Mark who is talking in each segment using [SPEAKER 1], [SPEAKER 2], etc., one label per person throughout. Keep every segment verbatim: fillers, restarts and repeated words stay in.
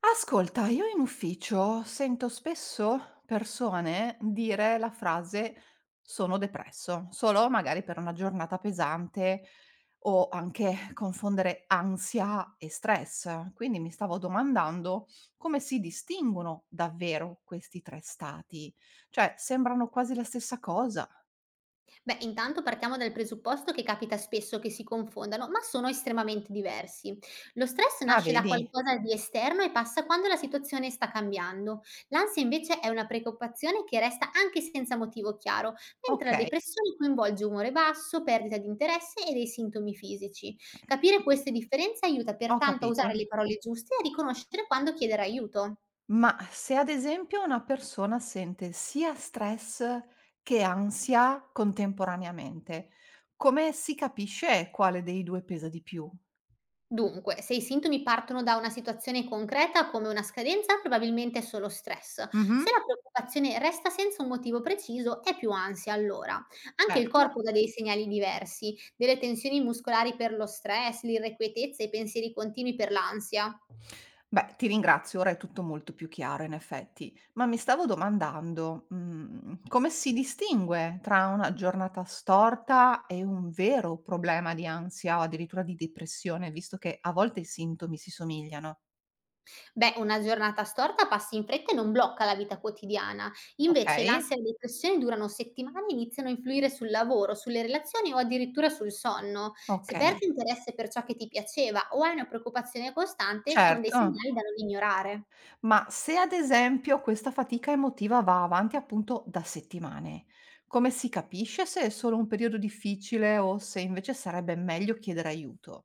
[SPEAKER 1] Ascolta, io in ufficio sento spesso persone dire la frase sono depresso, solo magari per una giornata pesante o anche confondere ansia e stress. Quindi mi stavo domandando come si distinguono davvero questi tre stati. Cioè, sembrano quasi la stessa cosa.
[SPEAKER 2] Beh, intanto partiamo dal presupposto che capita spesso che si confondano, ma sono estremamente diversi. Lo stress
[SPEAKER 1] Ah,
[SPEAKER 2] nasce da
[SPEAKER 1] vedi?
[SPEAKER 2] qualcosa di esterno e passa quando la situazione sta cambiando. L'ansia invece è una preoccupazione che resta anche senza motivo chiaro, mentre
[SPEAKER 1] Ok,
[SPEAKER 2] la depressione coinvolge umore basso, perdita di interesse e dei sintomi fisici. Capire queste differenze aiuta
[SPEAKER 1] ho
[SPEAKER 2] pertanto a usare
[SPEAKER 1] capito.
[SPEAKER 2] le parole giuste e a riconoscere quando chiedere aiuto.
[SPEAKER 1] Ma se ad esempio una persona sente sia stress che ansia contemporaneamente, come si capisce quale dei due pesa di più?
[SPEAKER 2] Dunque, se i sintomi partono da una situazione concreta come una scadenza, probabilmente è solo stress.
[SPEAKER 1] Mh-mh.
[SPEAKER 2] Se la preoccupazione resta senza un motivo preciso, è più ansia allora. Anche il
[SPEAKER 1] Certo.
[SPEAKER 2] corpo dà dei segnali diversi, delle tensioni muscolari per lo stress, l'irrequietezza e i pensieri continui per l'ansia.
[SPEAKER 1] Beh, ti ringrazio, ora è tutto molto più chiaro in effetti, ma mi stavo domandando, mhmm, come si distingue tra una giornata storta e un vero problema di ansia o addirittura di depressione, visto che a volte i sintomi si somigliano?
[SPEAKER 2] Beh, una giornata storta passa in fretta e non blocca la vita quotidiana. Invece
[SPEAKER 1] Okay,
[SPEAKER 2] l'ansia e la depressione durano settimane e iniziano a influire sul lavoro, sulle relazioni o addirittura sul sonno. Se
[SPEAKER 1] okay,
[SPEAKER 2] perdi interesse per ciò che ti piaceva o hai una preoccupazione costante, sono dei
[SPEAKER 1] certo.
[SPEAKER 2] segnali da non ignorare.
[SPEAKER 1] Ma se ad esempio questa fatica emotiva va avanti appunto da settimane, come si capisce se è solo un periodo difficile o se invece sarebbe meglio chiedere aiuto?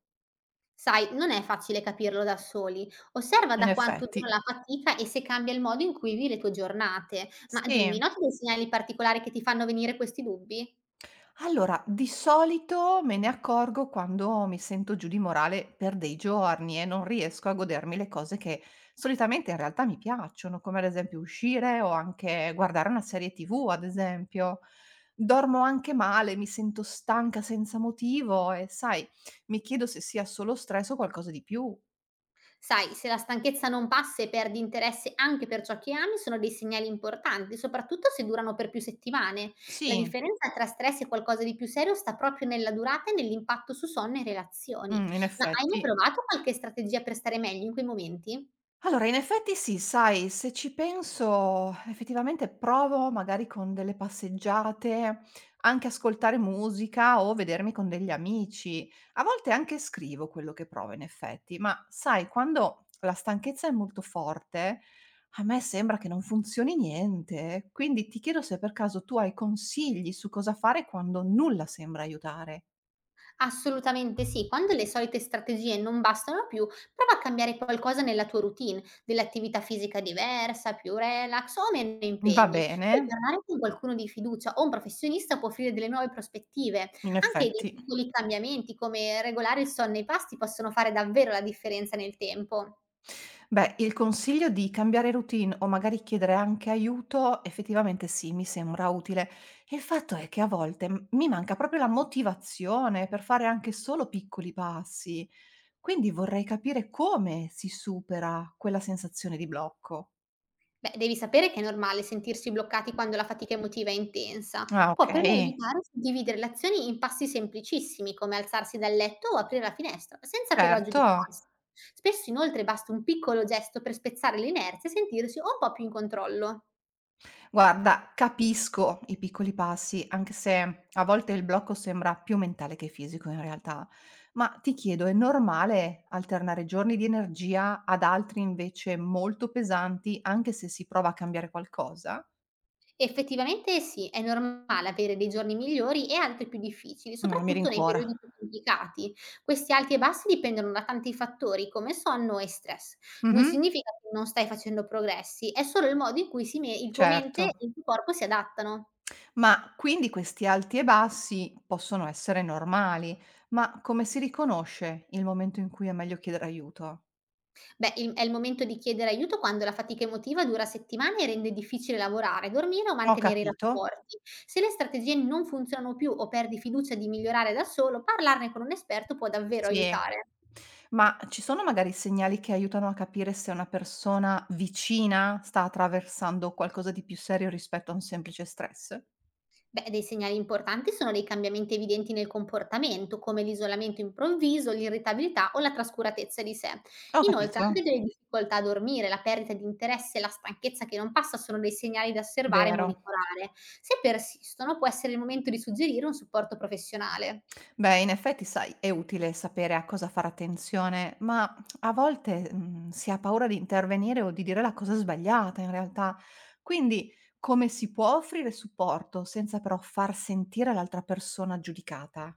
[SPEAKER 2] Sai, non è facile capirlo da soli. Osserva
[SPEAKER 1] In
[SPEAKER 2] da quanto dura
[SPEAKER 1] effetti,
[SPEAKER 2] la fatica e se cambia il modo in cui vivi le tue giornate. Ma dimmi,
[SPEAKER 1] sì.
[SPEAKER 2] noti dei segnali particolari che ti fanno venire questi dubbi?
[SPEAKER 1] Allora, di solito me ne accorgo quando mi sento giù di morale per dei giorni e non riesco a godermi le cose che solitamente in realtà mi piacciono, come ad esempio uscire o anche guardare una serie T V, ad esempio. Dormo anche male, mi sento stanca senza motivo e sai, mi chiedo se sia solo stress o qualcosa di più.
[SPEAKER 2] Sai, se la stanchezza non passa e perdi interesse anche per ciò che ami, sono dei segnali importanti, soprattutto se durano per più settimane. La
[SPEAKER 1] Sì,
[SPEAKER 2] differenza tra stress e qualcosa di più serio sta proprio nella durata e nell'impatto su sonno e relazioni.
[SPEAKER 1] mh, in
[SPEAKER 2] Ma hai mai
[SPEAKER 1] effetti.
[SPEAKER 2] provato qualche strategia per stare meglio in quei momenti?
[SPEAKER 1] Allora, in effetti sì, sai, se ci penso effettivamente provo magari con delle passeggiate, anche ascoltare musica o vedermi con degli amici. A volte anche scrivo quello che provo in effetti, ma sai, quando la stanchezza è molto forte, a me sembra che non funzioni niente. Quindi ti chiedo se per caso tu hai consigli su cosa fare quando nulla sembra aiutare.
[SPEAKER 2] Assolutamente sì, quando le solite strategie non bastano più, prova a cambiare qualcosa nella tua routine, dell'attività fisica diversa, più relax o meno
[SPEAKER 1] Va
[SPEAKER 2] impegni.
[SPEAKER 1] bene,
[SPEAKER 2] Poi parlare con qualcuno di fiducia o un professionista può offrire delle nuove prospettive.
[SPEAKER 1] in
[SPEAKER 2] Anche dei
[SPEAKER 1] effetti.
[SPEAKER 2] piccoli cambiamenti come regolare il sonno e i pasti possono fare davvero la differenza nel tempo.
[SPEAKER 1] Beh, il consiglio di cambiare routine o magari chiedere anche aiuto, effettivamente sì, mi sembra utile. E il fatto è che a volte m- mi manca proprio la motivazione per fare anche solo piccoli passi, quindi vorrei capire come si supera quella sensazione di blocco.
[SPEAKER 2] Beh, devi sapere che è normale sentirsi bloccati quando la fatica emotiva è intensa.
[SPEAKER 1] Ah, ok,
[SPEAKER 2] Può però aiutare a dividere le azioni in passi semplicissimi, come alzarsi dal letto o aprire la finestra, senza però
[SPEAKER 1] certo.
[SPEAKER 2] giudicarsi. Spesso inoltre basta un piccolo gesto per spezzare l'inerzia e sentirsi un po' più in controllo.
[SPEAKER 1] Guarda, capisco i piccoli passi, anche se a volte il blocco sembra più mentale che fisico in realtà. Ma ti chiedo, è normale alternare giorni di energia ad altri invece molto pesanti, anche se si prova a cambiare qualcosa?
[SPEAKER 2] Effettivamente sì, è normale avere dei giorni migliori e altri più difficili,
[SPEAKER 1] No, mi
[SPEAKER 2] soprattutto nei
[SPEAKER 1] rincuora.
[SPEAKER 2] periodi più complicati. Questi alti e bassi dipendono da tanti fattori come sonno e stress. Non
[SPEAKER 1] Mh-mh,
[SPEAKER 2] significa che non stai facendo progressi, è solo il modo in cui si me- il tuo mente
[SPEAKER 1] certo.
[SPEAKER 2] e il tuo corpo si adattano.
[SPEAKER 1] Ma quindi questi alti e bassi possono essere normali, ma come si riconosce il momento in cui è meglio chiedere aiuto?
[SPEAKER 2] Beh, il- è il momento di chiedere aiuto quando la fatica emotiva dura settimane e rende difficile lavorare, dormire o
[SPEAKER 1] Ho
[SPEAKER 2] mantenere i
[SPEAKER 1] capito.
[SPEAKER 2] rapporti. Se le strategie non funzionano più o perdi fiducia di migliorare da solo, parlarne con un esperto può davvero
[SPEAKER 1] Sì.
[SPEAKER 2] aiutare.
[SPEAKER 1] Ma ci sono magari segnali che aiutano a capire se una persona vicina sta attraversando qualcosa di più serio rispetto a un semplice stress?
[SPEAKER 2] Beh, dei segnali importanti sono dei cambiamenti evidenti nel comportamento, come l'isolamento improvviso, l'irritabilità o la trascuratezza di sé.
[SPEAKER 1] Ho
[SPEAKER 2] Inoltre,
[SPEAKER 1] capito,
[SPEAKER 2] anche delle difficoltà a dormire, la perdita di interesse e la stanchezza che non passa sono dei segnali da osservare e
[SPEAKER 1] vero.
[SPEAKER 2] monitorare. Se persistono, può essere il momento di suggerire un supporto professionale.
[SPEAKER 1] Beh, in effetti, sai, è utile sapere a cosa fare attenzione, ma a volte, mhmm, si ha paura di intervenire o di dire la cosa sbagliata in realtà. Quindi, come si può offrire supporto senza però far sentire l'altra persona giudicata?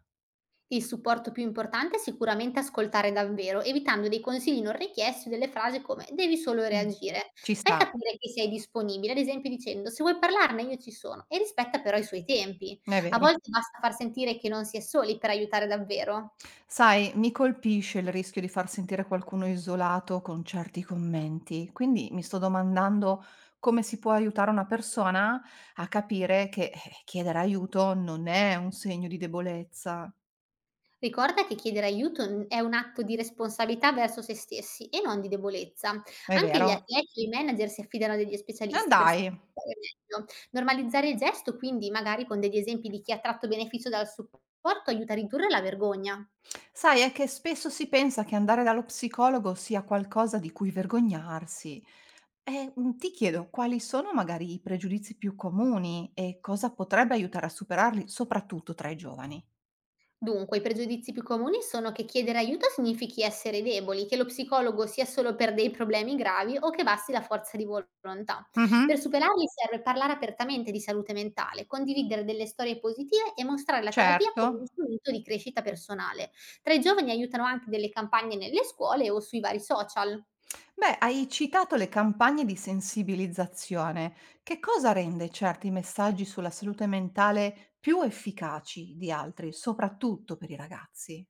[SPEAKER 2] Il supporto più importante è sicuramente ascoltare davvero, evitando dei consigli non richiesti o delle frasi come "devi solo
[SPEAKER 1] Mh.
[SPEAKER 2] reagire".
[SPEAKER 1] Ci
[SPEAKER 2] Fai
[SPEAKER 1] sta,
[SPEAKER 2] capire che sei disponibile, ad esempio dicendo "se vuoi parlarne io ci sono" e rispetta però i suoi tempi.
[SPEAKER 1] è
[SPEAKER 2] A
[SPEAKER 1] vero.
[SPEAKER 2] volte basta far sentire che non si è soli per aiutare davvero.
[SPEAKER 1] Sai, mi colpisce il rischio di far sentire qualcuno isolato con certi commenti, quindi mi sto domandando come si può aiutare una persona a capire che eh, chiedere aiuto non è un segno di debolezza.
[SPEAKER 2] Ricorda che chiedere aiuto n è un atto di responsabilità verso se stessi e non di debolezza.
[SPEAKER 1] È
[SPEAKER 2] Anche gli
[SPEAKER 1] vero?
[SPEAKER 2] atleti e i manager si affidano a degli
[SPEAKER 1] Ah,
[SPEAKER 2] specialisti per stare
[SPEAKER 1] dai,
[SPEAKER 2] meglio. Normalizzare il gesto, quindi, magari con degli esempi di chi ha tratto beneficio dal supporto, aiuta a ridurre la vergogna.
[SPEAKER 1] sai, è che spesso si pensa che andare dallo psicologo sia qualcosa di cui vergognarsi. E mm, ti chiedo quali sono magari i pregiudizi più comuni e cosa potrebbe aiutare a superarli, soprattutto tra i giovani.
[SPEAKER 2] Dunque, i pregiudizi più comuni sono che chiedere aiuto significhi essere deboli, che lo psicologo sia solo per dei problemi gravi o che basti la forza di volontà. Per
[SPEAKER 1] Mhm.
[SPEAKER 2] superarli serve parlare apertamente di salute mentale, condividere delle storie positive e mostrare la terapia
[SPEAKER 1] Certo.
[SPEAKER 2] come un strumento di crescita personale. Tra i giovani aiutano anche delle campagne nelle scuole o sui vari social.
[SPEAKER 1] Beh, hai citato le campagne di sensibilizzazione. Che cosa rende certi messaggi sulla salute mentale più efficaci di altri, soprattutto per i ragazzi?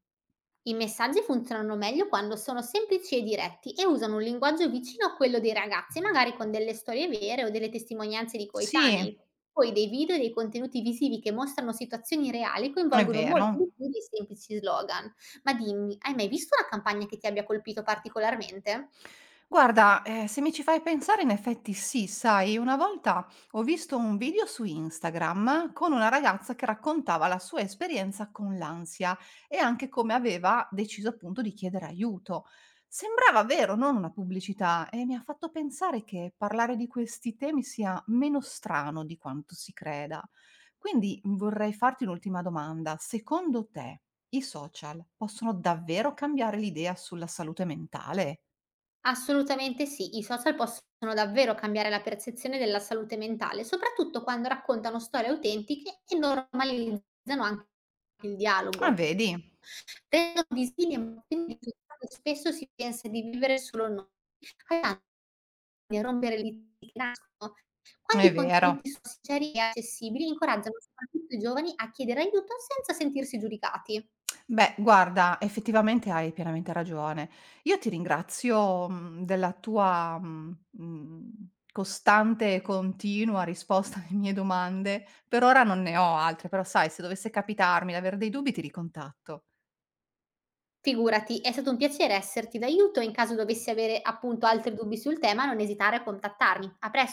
[SPEAKER 2] I messaggi funzionano meglio quando sono semplici e diretti e usano un linguaggio vicino a quello dei ragazzi, magari con delle storie vere o delle testimonianze di
[SPEAKER 1] Sì,
[SPEAKER 2] coetanei. Poi dei video e dei contenuti visivi che mostrano situazioni reali
[SPEAKER 1] è
[SPEAKER 2] coinvolgono molto
[SPEAKER 1] vero.
[SPEAKER 2] di più dei semplici slogan. Ma dimmi, hai mai visto una campagna che ti abbia colpito particolarmente?
[SPEAKER 1] Guarda, ehm, se mi ci fai pensare in effetti sì, sai, una volta ho visto un video su Instagram con una ragazza che raccontava la sua esperienza con l'ansia e anche come aveva deciso appunto di chiedere aiuto. Sembrava vero, non una pubblicità, e mi ha fatto pensare che parlare di questi temi sia meno strano di quanto si creda. Quindi vorrei farti un'ultima domanda. Secondo te i social possono davvero cambiare l'idea sulla salute mentale?
[SPEAKER 2] Assolutamente sì, i social possono davvero cambiare la percezione della salute mentale, soprattutto quando raccontano storie autentiche e normalizzano anche il
[SPEAKER 1] Ah,
[SPEAKER 2] dialogo.
[SPEAKER 1] vedi?
[SPEAKER 2] Tengo visione, ma quindi spesso si pensa di vivere solo noi, a rompere liti che nascono. Quando
[SPEAKER 1] È
[SPEAKER 2] i
[SPEAKER 1] vero.
[SPEAKER 2] contenuti sono sinceri e accessibili, incoraggiano soprattutto i giovani a chiedere aiuto senza sentirsi giudicati.
[SPEAKER 1] Beh, guarda, effettivamente hai pienamente ragione. Io ti ringrazio, mhmm, della tua, mhmm, mhmm, costante e continua risposta alle mie domande. Per ora non ne ho altre, però sai, se dovesse capitarmi d'aver dei dubbi ti ricontatto.
[SPEAKER 2] Figurati, è stato un piacere esserti d'aiuto e in caso dovessi avere, appunto, altri dubbi sul tema non esitare a contattarmi. A presto.